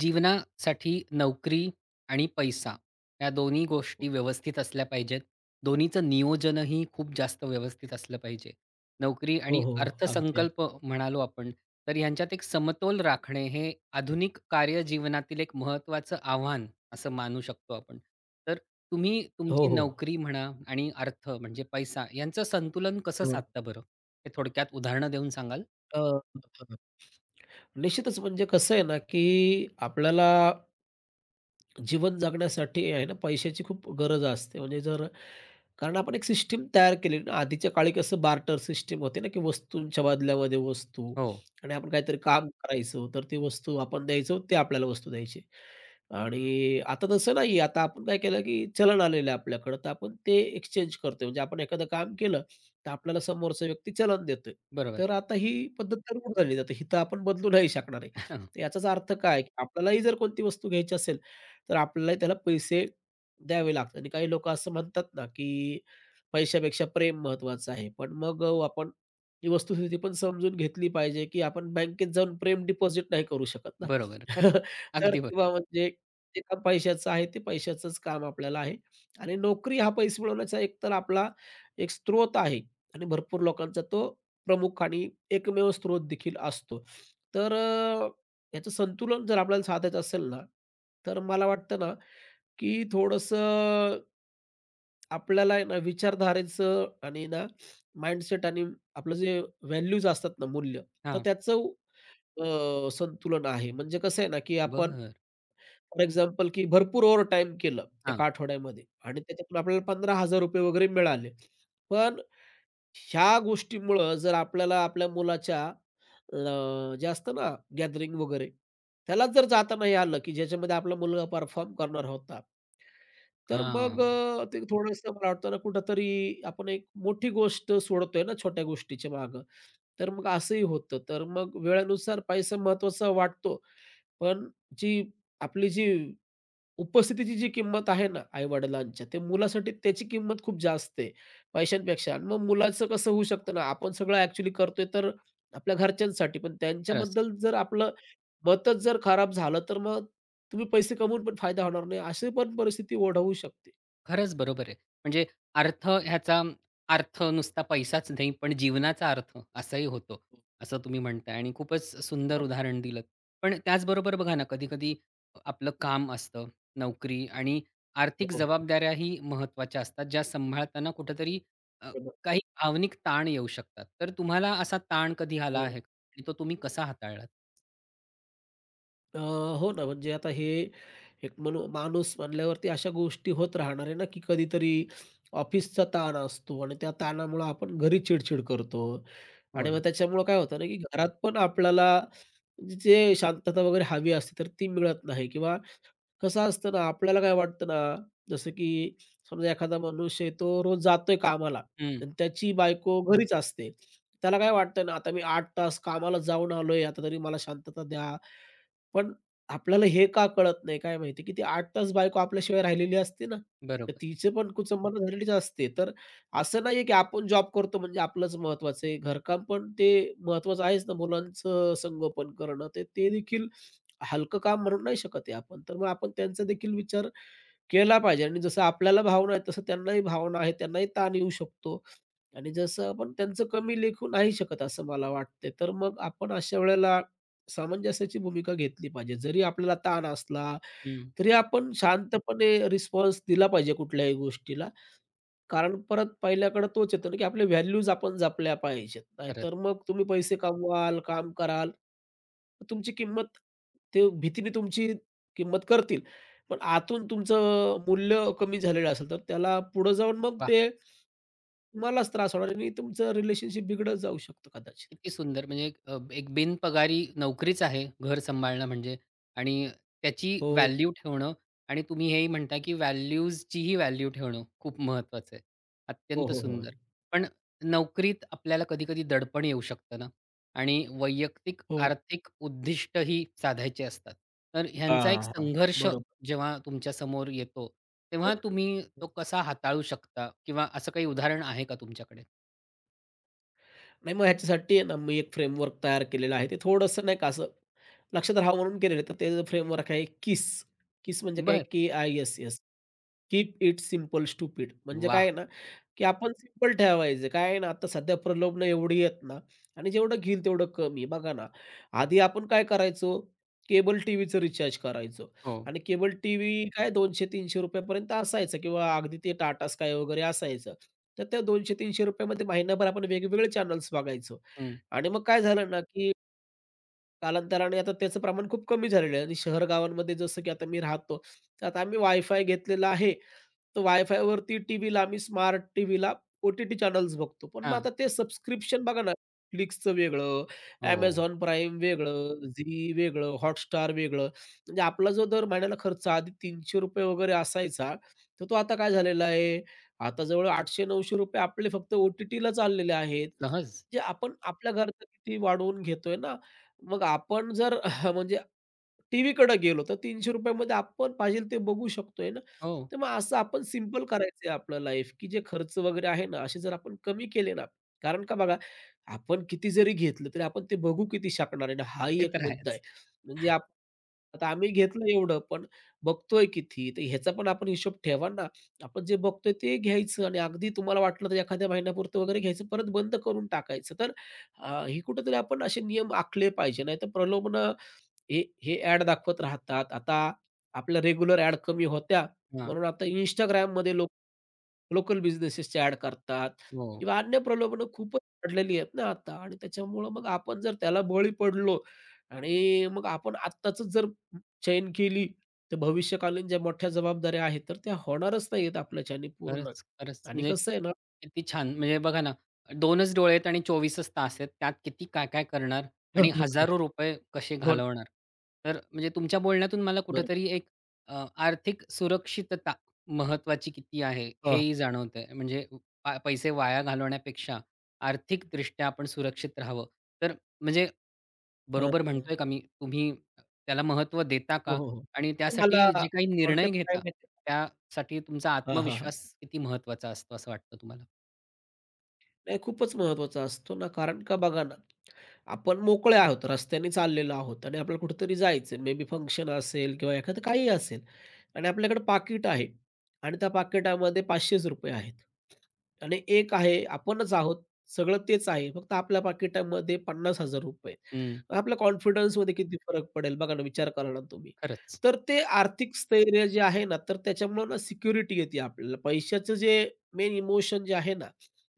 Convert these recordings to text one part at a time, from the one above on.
जीवनासाठी नोकरी आणि पैसा या दोन्ही गोष्टी हो, व्यवस्थित असल्या पाहिजेत. दोन्हीचं नियोजनही खूप जास्त व्यवस्थित असलं पाहिजे. नोकरी हो, आणि हो. अगदी, अगदी. अर्थसंकल्प म्हणालो आपण, तर ह्यांच्यात एक समतोल राखणे हे आधुनिक कार्यजीवनातील एक महत्त्वाचं आव्हान असं मानू शकतो आपण. तर तुम्ही हो, तुमची हो. नोकरी म्हणा आणि अर्थ म्हणजे पैसा यांचं संतुलन कसं अ, साधता बरं? हे थोडक्यात उदाहरणं देऊन सांगाल? अ, अ, निश्चितच म्हणजे कसं आहे ना, की आपल्याला जीवन जगण्यासाठी आहे ना पैशाची खूप गरज असते. म्हणजे जर कारण आपण एक सिस्टम तयार केली ना, आधीच्या काळी कसं बार्टर सिस्टम होते ना, की वस्तूंच्या बदल्यामध्ये वस्तू हो, आणि आपण काहीतरी काम करायचो, तर ती वस्तू आपण द्यायचो, ते आपल्याला वस्तू द्यायची. आणि आता तसं नाही, आता आपण काय केलं, की चलन आलेलं आहे आपल्याकडं, तर आपण ते एक्सचेंज करतोय. म्हणजे आपण एखादं काम केलं, तर आपल्याला समोरचा व्यक्ती चलन देतोय. बरोबर. तर आता ही पद्धत तर उलट झाली. आता ही तर आपण बदलू नाही शकणार आहे. तर याचाच अर्थ काय, की आपल्यालाही जर कोणती वस्तू घ्यायची असेल, तर आपल्याला त्याला पैसे द्यावे लागतात आणि काही लोकं असं म्हणतात ना, की पैशापेक्षा प्रेम महत्त्वाचं आहे. पण मग आपण ही वस्तुस्थिती पण समजून घेतली पाहिजे, की आपण बँकेत जाऊन प्रेम डिपॉझिट नाही करू शकत ना. बरोबर. खरं तर अगदी किंवा बरोबर. म्हणजे जे काम पैशाचं आहे, ते पैशाचंच काम आपल्याला आहे आणि नोकरी हा पैसे मिळवण्याचा एक तर आपला एक स्रोत आहे आणि भरपूर लोकांचा तो प्रमुख आणि एकमेव स्रोत देखील असतो. तर याचं संतुलन जर आपल्याला साधायचं असेल ना, तर मला वाटतं ना, की थोडंसं आपल्याला आहे ना विचारधारेचं आणि ना माइंडसेट आणि आपलं जे व्हॅल्यूज असतात ना, मूल्य, तर त्याचं संतुलन आहे. म्हणजे कसं आहे ना, की आपण बरं. फॉर एक्झाम्पल, की भरपूर ओव्हरटाईम केलं हां. एका आठवड्यामध्ये आणि त्याच्यातून आपल्याला ₹15,000 वगैरे मिळाले. पण ह्या गोष्टीमुळं जर आपल्याला आपल्या मुलाच्या जे असतं ना गॅदरिंग वगैरे, त्यालाच जर जाता नाही आलं, की ज्याच्यामध्ये आपला मुलगा परफॉर्म करणार होता, तर हां. मग ते थोडंसं मला वाटतं ना कुठेतरी आपण एक मोठी गोष्ट सोडतोय ना छोट्या गोष्टीच्या मागं. तर मग असंही होतं. तर मग वेळेनुसार पैसा महत्त्वाचा वाटतो, पण जी आपली जी उपस्थितीची जी किंमत आहे ना आई-वडिलांच्या, ते मुलासाठी त्याची किंमत खूप जास्त आहे पैशांपेक्षा. आणि मग मुलाचं कसं होऊ शकतं ना, आपण सगळं ॲक्चुअली करतोय तर आपल्या घरच्यांसाठी, पण खरंच. त्यांच्याबद्दल जर आपलं मतच जर खराब झालं, तर मग तुम्ही पैसे कमवून पण फायदा होणार नाही, अशी पण परिस्थिती ओढवू शकते. खरंच बरोबर आहे. म्हणजे अर्थ ह्याचा अर्थ नुसता पैसाच नाही, पण जीवनाचा अर्थ असाही होतो, असं तुम्ही म्हणताय आणि खूपच सुंदर हो ना. उदाहरण दिलंत. पण त्याचबरोबर बघा ना, कधी-कधी आपलं काम असतं, नोकरी आणि हो, आर्थिक हो. जबाबदाऱ्याही महत्त्वाच्या असतात, ज्या सांभाळताना कुठेतरी अ, बरोबर. काही भावनिक ताण येऊ शकतात. तर तुम्हाला असा ताण कधी आला हो. आहे का? आणि तो तुम्ही कसा हाताळलात? अ, हो ना, म्हणजे आता हे एक म्हणू माणूस म्हणल्यावरती अशा गोष्टी होत राहणार आहे ना, की कधीतरी ऑफिसचा ताण असतो आणि त्या ताणामुळं आपण घरी चिड-चिड करतो हो आणि मग ना. त्याच्यामुळं काय होतं ना, की घरात पण आपल्याला जे शांतता वगैरे हवी असते, तर ती मिळत नाही किंवा कसं असतं ना, आपल्याला काय वाटतं ना, जसं की समजा एखादा मनुष्य आहे, तो रोज जातोय कामाला हं. आणि त्याची बायको घरीच असते. त्याला काय वाटतं ना, आता मी 8 तास कामाला जाऊन आलोय, आता तरी मला शांतता द्या. पण आपल्याला हे का कळत नाही काय माहिती, की ती 8 तास बायको आपल्याशिवाय राहिलेली असते ना, तर बरोबर. तिचे पण कुचंबना झालेलीच असते. तर असं नाहीये, की आपण जॉब करतो म्हणजे आपलंच महत्त्वाचं आहे. घरकाम पण ते महत्त्वाचं आहेच ना, मुलांचं संगोपन करणं, तर ते देखील हलकं काम म्हणून नाही शकत आहे आपण. तर मग आपण त्यांचा देखील विचार केला पाहिजे आणि जसं आपल्याला भावना आहे, तसं त्यांनाही भावना आहे, त्यांनाही ताण येऊ शकतो आणि जसं आपण त्यांचं कमी लेखू नाही शकत असं मला वाटतंय. तर मग आपण अशा वेळेला सामंजस्याची भूमिका घेतली पाहिजे. जरी आपल्याला ताण असला, हं. तरी आपण शांतपणे रिस्पॉन्स दिला पाहिजे कुठल्याही गोष्टीला. कारण परत पहिल्याकडे तोच येतो ना, की आपल्या व्हॅल्यूज आपण जपल्या पाहिजेत. खरंच. नाहीतर मग तुम्ही पैसे कमवाल, काम कराल, तुमची किंमत ते भीतीने तुमची किंमत करतील. पण आतून तुमचं मूल्य कमी झालेलं असेल, तर त्याला पुढे जाऊन मग वाह! ते तुम्हालाच त्रास होणार आणि तुमचं रिलेशनशिप बिघडत जाऊ शकतं कदाचित. किती सुंदर! म्हणजे एक एक बिनपगारी नोकरीच आहे घर सांभाळणं म्हणजे आणि त्याची हो. व्हॅल्यू ठेवणं आणि तुम्ही हेही म्हणताय, की व्हॅल्यूजचीही व्हॅल्यू ठेवणं खूप महत्वाचं आहे. हो, अत्यंत हो, हो. सुंदर. पण नोकरीत आपल्याला कधी-कधी दडपण येऊ शकतं ना आणि वैयक्तिक हो. आर्थिक उद्दिष्टही साधायचे असतात. तर ह्यांचा हां, एक हां. संघर्ष बरोबर. जेव्हा तुमच्या समोर येतो, तेव्हा तुम्ही तो कसा हाताळू शकता किंवा असं काही उदाहरण आहे का तुमच्याकडे? नाही, मग ह्याच्यासाठी आहे ना, मी एक फ्रेमवर्क तयार केलेलं आहे. ते थोडंसं नाही का असं लक्षात राहावं म्हणून केलेलं आहे. तर ते फ्रेमवर्क आहे KISS. KISS म्हणजे काय? बरं. K I S S. Keep it simple stupid. म्हणजे काय वाह! आहे ना, की आपण सिंपल ठेवायचं. काय आहे ना, आता सध्या प्रलोभनं एवढी आहेत ना आणि जेवढं घेईल तेवढं कमी. बघा ना, आधी आपण काय करायचो? केबल टीव्हीचं रिचार्ज करायचो हो. आणि केबल टीव्ही काय ₹200-300 पर्यंत असायचं किंवा अगदी ते टाटा स्काय वगैरे असायचं. तर त्या ₹200-300 मध्ये महिनाभर आपण वेगवेगळे चॅनल्स बघायचो आणि मग काय झालं ना, की कालांतराने आता त्याचं प्रमाण खूप कमी झालेलं आहे आणि शहर गावांमध्ये जसं की आता मी राहतो, तर आता आम्ही वायफाय घेतलेला आहे. तर वायफायवरती टीव्हीला आम्ही स्मार्ट टीव्हीला ओ-टी-टी चॅनल्स बघतो. पण मग हां. आता ते सबस्क्रिप्शन बघा ना, Netflixचं वेगळं, हो. Amazon Prime वेगळं, Zee वेगळं, Hotstar वेगळं. म्हणजे आपला जो दर महिन्याला खर्च आधी ₹300 वगैरे असायचा, तर तो आता काय झालेला आहे, आता जवळ ₹800-900 आपले फक्त ओ-टी-टीला चाललेले आहेत. सहज. जे आपण आपल्या घरात किती वाढवून घेतोय ना, मग आपण जर म्हणजे टीव्हीकडे गेलो तर ₹300 मध्ये आपण पाहिजे ते बघू शकतोय ना. हो. तर मग असं आपण सिंपल करायचंय आपलं लाईफ, की जे खर्च वगैरे आहे ना, असे जर आपण कमी केले ना, कारण का बघा, आपण किती जरी घेतलं तरी आपण ते बघू किती शकणार आहे ना, हाही ते एक तर मुद्दा आहेच. आहे. म्हणजे आता आम्ही घेतलं एवढं, पण बघतोय किती? तर ह्याचा पण आपण हिशोब ठेवा ना. आपण जे बघतोय ते घ्यायचं आणि अगदी तुम्हाला वाटलं तर एखाद्या महिन्यापुरतं वगैरे घ्यायचं, परत बंद करून टाकायचं. तर हां, हे कुठेतरी आपण असे नियम आखले पाहिजे. नाहीतर प्रलोभनं हे हे ॲड दाखवत राहतात. आता आपल्या रेग्युलर ॲड कमी होत्या, हां. म्हणून आता Instagramमध्ये लोक लोकल बिझनेसेसच्या ॲड करतात हो. किंवा अन्य प्रलोभनं खूपच पडलेली आहेत ना आता आणि त्याच्यामुळं मग आपण जर त्याला बळी पडलो आणि मग आपण आत्ताचच जर चयन केली, तर भविष्यकालीन ज्या मोठ्या जबाबदाऱ्या आहेत, तर त्या होणारच नाहीयेत आपल्याच्याने पूर्ण. खरंच, खरंच. आणि म्हणजे कसं आहे ना. किती छान. म्हणजे बघा ना, 2च डोळे आहेत आणि 24च तास आहेत. त्यात किती काय-काय करणार आणि हो, हजारो रुपये कसे हो ना. घालवणार. तर म्हणजे तुमच्या बोलण्यातून मला बरोबर. कुठेतरी एक आर्थिक सुरक्षितता महत्त्वाची किती आहे, हेही जाणवतंय. म्हणजे पैसे वाया घालवण्यापेक्षा आर्थिकदृष्ट्या आपण सुरक्षित राहावं. तर म्हणजे हां, बरोबर हां. म्हणतोय का मी? तुम्ही त्याला महत्त्व देता हो, का? हो, हो. आणि तर मला त्यासाठी जे काही थोडक्यात निर्णय काय घेता, माहिती. त्यासाठी तुमचा हां, हां, हां. आत्मविश्वास किती महत्त्वाचा असतो असं वाटतं तुम्हाला? नाही, खूपच महत्वाचा असतो ना, कारण का बघा ना, आपण मोकळे आहोत, रस्त्याने चाललेलो आहोत आणि आपल्याला कुठेतरी जायचं आहे. मे बी फंक्शन असेल किंवा एखादं काहीही असेल आणि आपल्याकडे पाकीट आहे आणि त्या पाकिटामध्ये ₹500 आहेत आणि एक आहे, आपणच आहोत, सगळं तेच आहे. फक्त आपल्या पाकिटामध्ये ₹50,000, हं, आपल्या कॉन्फिडन्समध्ये किती फरक पडेल बघा ना, विचार करा ना तुम्ही. खरंच. तर ते आर्थिक स्थैर्य जे आहे ना, तर त्याच्यामुळं ना सिक्युरिटी येते आपल्याला. पैशाचं जे मेन इमोशन जे आहे ना,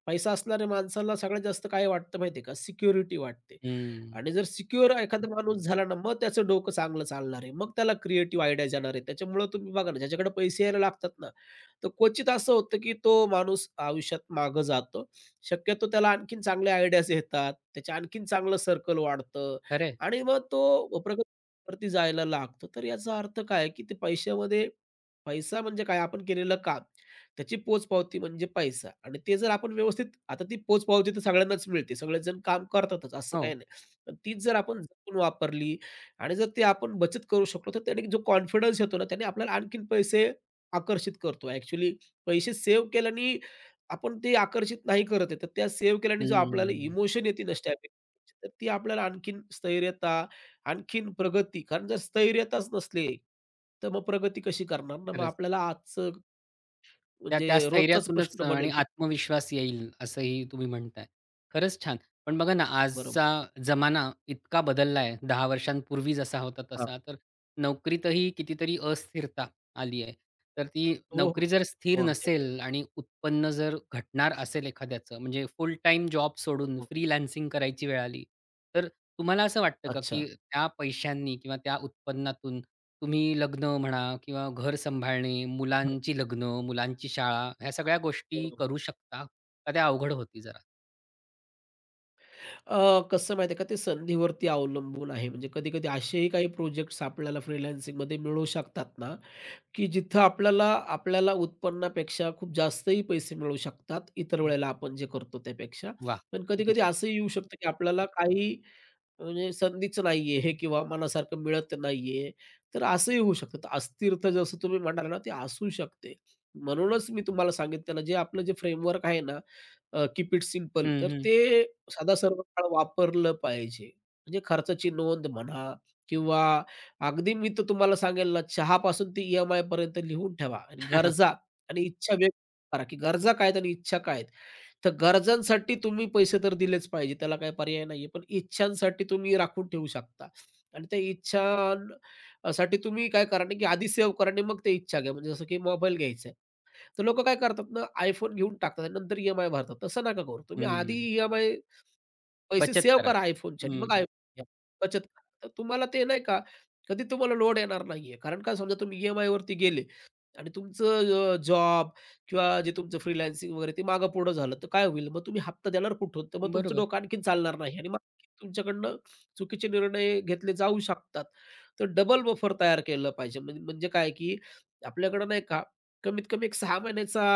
पैसा असणाऱ्या माणसाला सगळ्यात जास्त काय वाटतं माहिती का? सिक्युरिटी वाटते. हं, आणि जर सिक्युअर एखादा माणूस झाला ना, मग त्याचं डोकं चांगलं चालणार आहे. मग त्याला क्रिएटिव्ह आयडियाज येणार आहेत. त्याच्यामुळं तुम्ही बघा ना, ज्याच्याकडे पैसे यायला लागतात ना, तर क्वचित असं होतं, की तो माणूस आयुष्यात मागं जातो. शक्यतो त्याला आणखीन चांगल्या आयडियाज येतात. त्याचं आणखीन चांगलं सर्कल वाढतं खरं आणि मग तो प्रगतीवरती जायला लागतो. तर याचा अर्थ काय, की ते पैशामध्ये पैसा म्हणजे काय, आपण केलेलं काम, त्याची पोचपावती म्हणजे पैसा आणि ते जर आपण व्यवस्थित आता ती पोचपावती तर सगळ्यांनाच मिळते. सगळेच काम करतातच, असं काही हो. नाही. पण तीच जर आपण जपून वापरली आणि जर ते आपण बचत करू शकलो, तर त्याने जो कॉन्फिडन्स येतो ना, त्याने आपल्याला आणखीन पैसे आकर्षित करतो. ॲक्चुअली पैसे सेव्ह केल्याने आपण ते आकर्षित नाही करत आहे. तर त्या सेव्ह केल्याने जो आपल्याला हं, इमोशन येते ना स्टॅबिलिटीची, तर ती आपल्याला आणखीन स्थैर्यता, आणखीन प्रगती कारण जर स्थैर्यताच नसली, तर मग प्रगती कशी करणार ना? मग खरंच. आपल्याला आजचं त्या त्या म्हणजे रोजचाच स्थैर्यातूनच प्रश्न आणि बनेल की आत्मविश्वास येईल असंही तुम्ही म्हणताय. खरंच छान. पण बघा ना, बरोबर. आजचा जमाना इतका बदलला आहे. 10 वर्षांपूर्वी जसा होता हां. तसा. तर नोकरीतही कितीतरी अस्थिरता आली आहे. तर ती हो, हो. नोकरी जर स्थिर हो, आमच्या. नसेल आणि उत्पन्न जर घटणार असेल एखाद्याचं, म्हणजे फुल टाईम जॉब हो, सोडून हो. फ्रीलान्सिंग करायची वेळ आली, तर तुम्हाला असं वाटतं का, अच्छा. की त्या पैशांनी किंवा त्या उत्पन्नातून तुम्ही लग्न म्हणा किंवा घर सांभाळणे, मुलांची लग्न, मुलांची शाळा ह्या सगळ्या हो, गोष्टी हो. करू शकता? का त्या अवघड होती जरा? कसं माहिती आहे का, ते संधीवरती अवलंबून आहे. म्हणजे कधी-कधी असेही काही प्रोजेक्ट्स आपल्याला फ्रीलान्सिंगमध्ये मिळू शकतात ना, की जिथं आपल्याला आपल्याला उत्पन्नापेक्षा खूप जास्तही पैसे मिळू शकतात, इतर वेळेला आपण जे करतो त्यापेक्षा. वा पण किती कधी-कधी छान. असंही येऊ शकतं, की आपल्याला काही म्हणजे संधीच नाहीये किंवा मनासारखं मिळत नाहीये. तर असंही होऊ शकतं. तर अस्थिरता जसं तुम्ही म्हणाला ना, ते असू शकते. म्हणूनच मी तुम्हाला सांगितलं ना, जे आपलं जे फ्रेमवर्क आहे ना, कीप इट सिंपल हं, तर हं. ते सदा सर्व काळ वापरलं पाहिजे. म्हणजे खर्चाची नोंद म्हणा किंवा अगदी मी तर तुम्हाला सांगेल ना, चहापासून ते ई-एम-आयपर्यंत लिहून ठेवा आणि गरजा आणि इच्छा व्यक्त करा, की गरजा काय आहेत आणि इच्छा काय आहेत? तर गरजांसाठी तुम्ही पैसे तर दिलेच पाहिजे, त्याला काही पर्याय नाहीये. पण इच्छांसाठी तुम्ही राखून ठेवू शकता आणि त्या इच्छां साठी तुम्ही काय करा ना, की आधी सेव्ह करा आणि मग ते इच्छा घ्या. म्हणजे जसं की मोबाईल घ्यायचा आहे. तर लोकं काय करतात ना, iPhone घेऊन टाकतात आणि नंतर ई-एम-आय भरतात. तसं नका करू. तुम्ही आधी हं. ई-एम-आय पैसे बचत सेव्ह करा. करा iPhoneच्यानी, मग हं. iPhone घ्या. बचत करा. तर तुम्हाला ते नाही का, कधी तुम्हाला लोड येणार नाहीये. कारण का समजा तुम्ही ई-एम-आयवरती गेले आणि तुमचं जॉब किंवा जे तुमचं फ्रीलान्सिंग वगैरे ते मागं पुढं झालं, तर काय होईल? मग तुम्ही हप्ता देणार कुठून? तर मग तुमचं बरोबर. डोकं आणखीन चालणार नाही आणि मग तुमच्याकडनं चुकीचे निर्णय घेतले जाऊ शकतात. तर डबल बफर तयार केलं पाहिजे. म्हणजे काय, की आपल्याकडे नाही का, कमीत कमी एक 6 महिन्याचा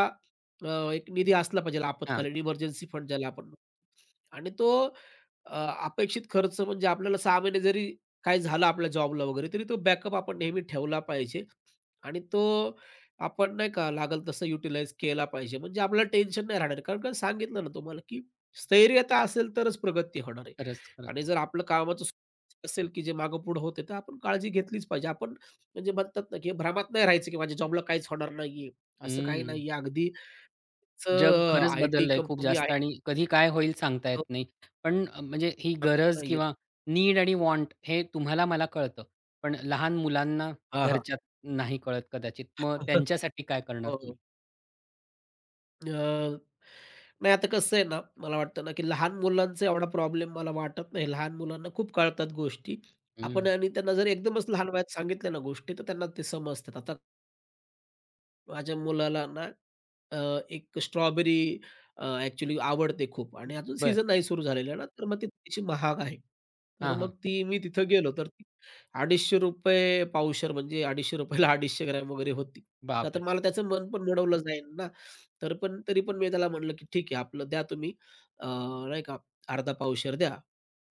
अ, एक निधी असला पाहिजे हां. आपत्कालीन इमर्जन्सी फंड ज्याला आपण. आणि तो अ, अपेक्षित खर्च म्हणजे आपल्याला 6 महिने जरी काय झालं आपल्या जॉबला वगैरे, तरी तो बॅकअप आपण नेहमी ठेवला पाहिजे आणि तो आपण नाही का लागल तसं युटिलाइज केला पाहिजे. म्हणजे आपल्याला टेन्शन नाही राहणार. कारण का सांगितलं ना तुम्हाला, की स्थैर्यता असेल तरच प्रगती होणार आहे खरंच, आणि खरंच. जर आपलं कामाचं असेल, की जे मागे-पुढे होते, तर आपण काळजी घेतलीच पाहिजे. आपण म्हणजे म्हणतात ना, की भ्रमात नाही राहायचं, की माझ्या जॉबला काहीच होणार नाहीये. असं काही हं. नाहीये. अगदीच अ, जग खरंच आयटी बदललंय खूप कंपनी जास्त आहे. आणि कधी काय होईल सांगता येत नाही. पण म्हणजे ही गरज किंवा नीड आणि वॉन्ट हे तुम्हाला मला कळतं. पण लहान मुलांना हां, हां. घरच्यात नाही कळत कदाचित. मग त्यांच्यासाठी काय करणार हो. तुम्ही? अ, नाही, आता कसं आहे ना, मला वाटतं ना, की लहान मुलांचा एवढा प्रॉब्लेम मला वाटत नाही. लहान मुलांना खूप कळतात गोष्टी. आपण हं. आणि त्यांना जर एकदमच लहान वयात सांगितल्या ना गोष्टी, तर त्यांना ते समजतात. आता माझ्या मुलाला ना अ, एक स्ट्रॉबेरी ॲक्चुअली आवडते खूप आणि अजून बरं. सीझन नाही सुरू झालेला ना, तर मग ती थोडीशी महाग आहे. तर हां, मग हां. ती मी तिथं गेलो तर ती ₹250 पावशेर म्हणजे ₹250 ला 250 ग्रॅम वगैरे होती. तर आता बापरे! मला त्याचं मन पण मिळवलं जाईल ना, तर पण तरी पण मी त्याला म्हटलं, की "ठीक आहे आपलं द्या तुम्ही, नाही का अर्धा पावशेर द्या."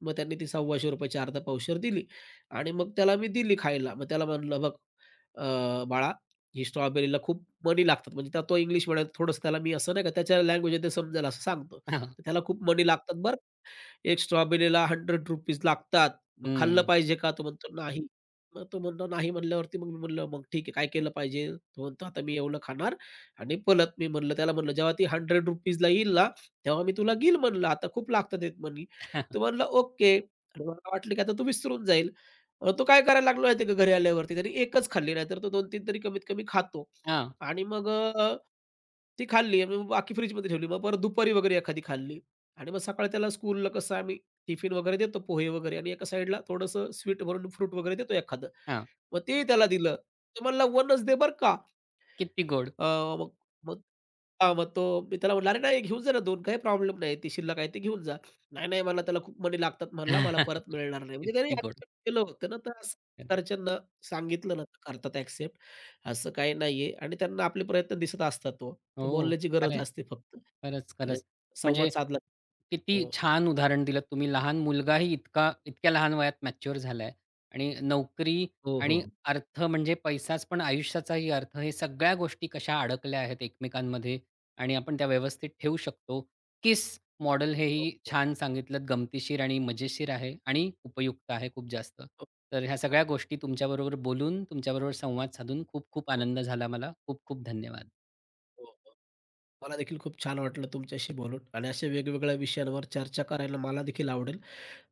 मग त्यांनी ती ₹1,200 ची अर्धा पावशेर दिली आणि मग त्याला मी दिली खायला. मग त्याला म्हटलं, "बघ बाळा ही स्ट्रॉबेरीला खूप मणी लागतात." म्हणजे त्या तो इंग्लिश म्हणायचं थोडंसं त्याला मी असं नाही का त्याच्या लँग्वेजमध्ये समजेल असं सांगतो. हां, तर त्याला खूप मनी लागतात बरं, एक स्ट्रॉबेरीला 100 रुपीज लागतात. मग खाल्लं हं. पाहिजे का? तो म्हणतो नाही. मग तो म्हणतो नाही म्हणल्यावरती मग मी म्हणलं, "मग ठीक आहे काय केलं पाहिजे?" तो म्हणतो, "आता मी एवढं खाणार" आणि पळत मी म्हणलं त्याला म्हणलं, "जेव्हा ती ₹100 ला येईल ना, तेव्हा मी तुला घेईल" म्हणलं, "आता खूप लागतात आहेत" म्हणी. तो म्हणला, "ओके." आणि मला वाटलं की आता तो विसरून जाईल. तो काय करायला लागला माहिती आहे का घरी आल्यावरती त्याने एकच खाल्ली, नाहीतर तो 2-3 तरी कमीत कमी खातो. हां, आणि मग ती खाल्ली आणि मग बाकी फ्रिजमध्ये ठेवली. मग परत दुपारी वगैरे एखादी खाल्ली. आणि मग सकाळी त्याला स्कूलला कसं आम्ही टिफिन वगैरे देतो, पोहे वगैरे आणि एका साइडला थोडंसं स्वीट भरून फ्रूट वगैरे देतो एखादं. हां. मग तेही त्याला दिलं. तो म्हणला, "1च दे बरं का." किती गोड. अ, मग मग हां, मग तो मी त्याला म्हटलं, "अरे नाही, घेऊन जा ना 2, काही प्रॉब्लेम नाही. ती शिल्लक आहे ते घेऊन जा." "नाही, नाही म्हणला त्याला खूप मणी लागतात म्हणला, मला परत मिळणार नाही." म्हणजे त्याने किती गोड. ॲक्सेप्ट केलं होतं ना, तर असं घरच्यांना सांगितलं ना, तर करतात ॲक्सेप्ट. असं काही नाहीये आणि त्यांना आपले प्रयत्न दिसत असतात हो. तर हो, बोलण्याची खरं गरज आहे. असते फक्त. खरंच, म्हणजे खरंच. म्हणजे संवाद साधला. किती हो. छान उदाहरण दिलंत तुम्ही. लहान मुलगाही इतका इतक्या लहान वयात मॅच्युअर झालाय आणि नोकरी हो, आणि हो. अर्थ म्हणजे पैसाच, पण आयुष्याचाही अर्थ, हे सगळ्या गोष्टी कशा अडकल्या आहेत एकमेकांमध्ये आणि आपण त्या व्यवस्थित ठेवू शकतो. KISS मॉडेल हो, हेही हो, छान सांगितलंत, गमतीशीर आणि मजेशीर आहे आणि उपयुक्त आहे खूप जास्त. हो, तर ह्या सगळ्या गोष्टी तुमच्याबरोबर बोलून, तुमच्याबरोबर संवाद साधून खूप खूप हो, आनंद झाला मला. खूप खूप धन्यवाद. हो, हो. मला देखील खूप छान वाटलं तुमच्याशी बोलून आणि अशा वेगवेगळ्या विषयांवर चर्चा करायला मला देखील आवडेल.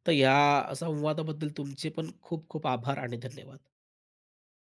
तर या संवादाबद्दल तुमचे पण खूप खूप आभार आणि धन्यवाद.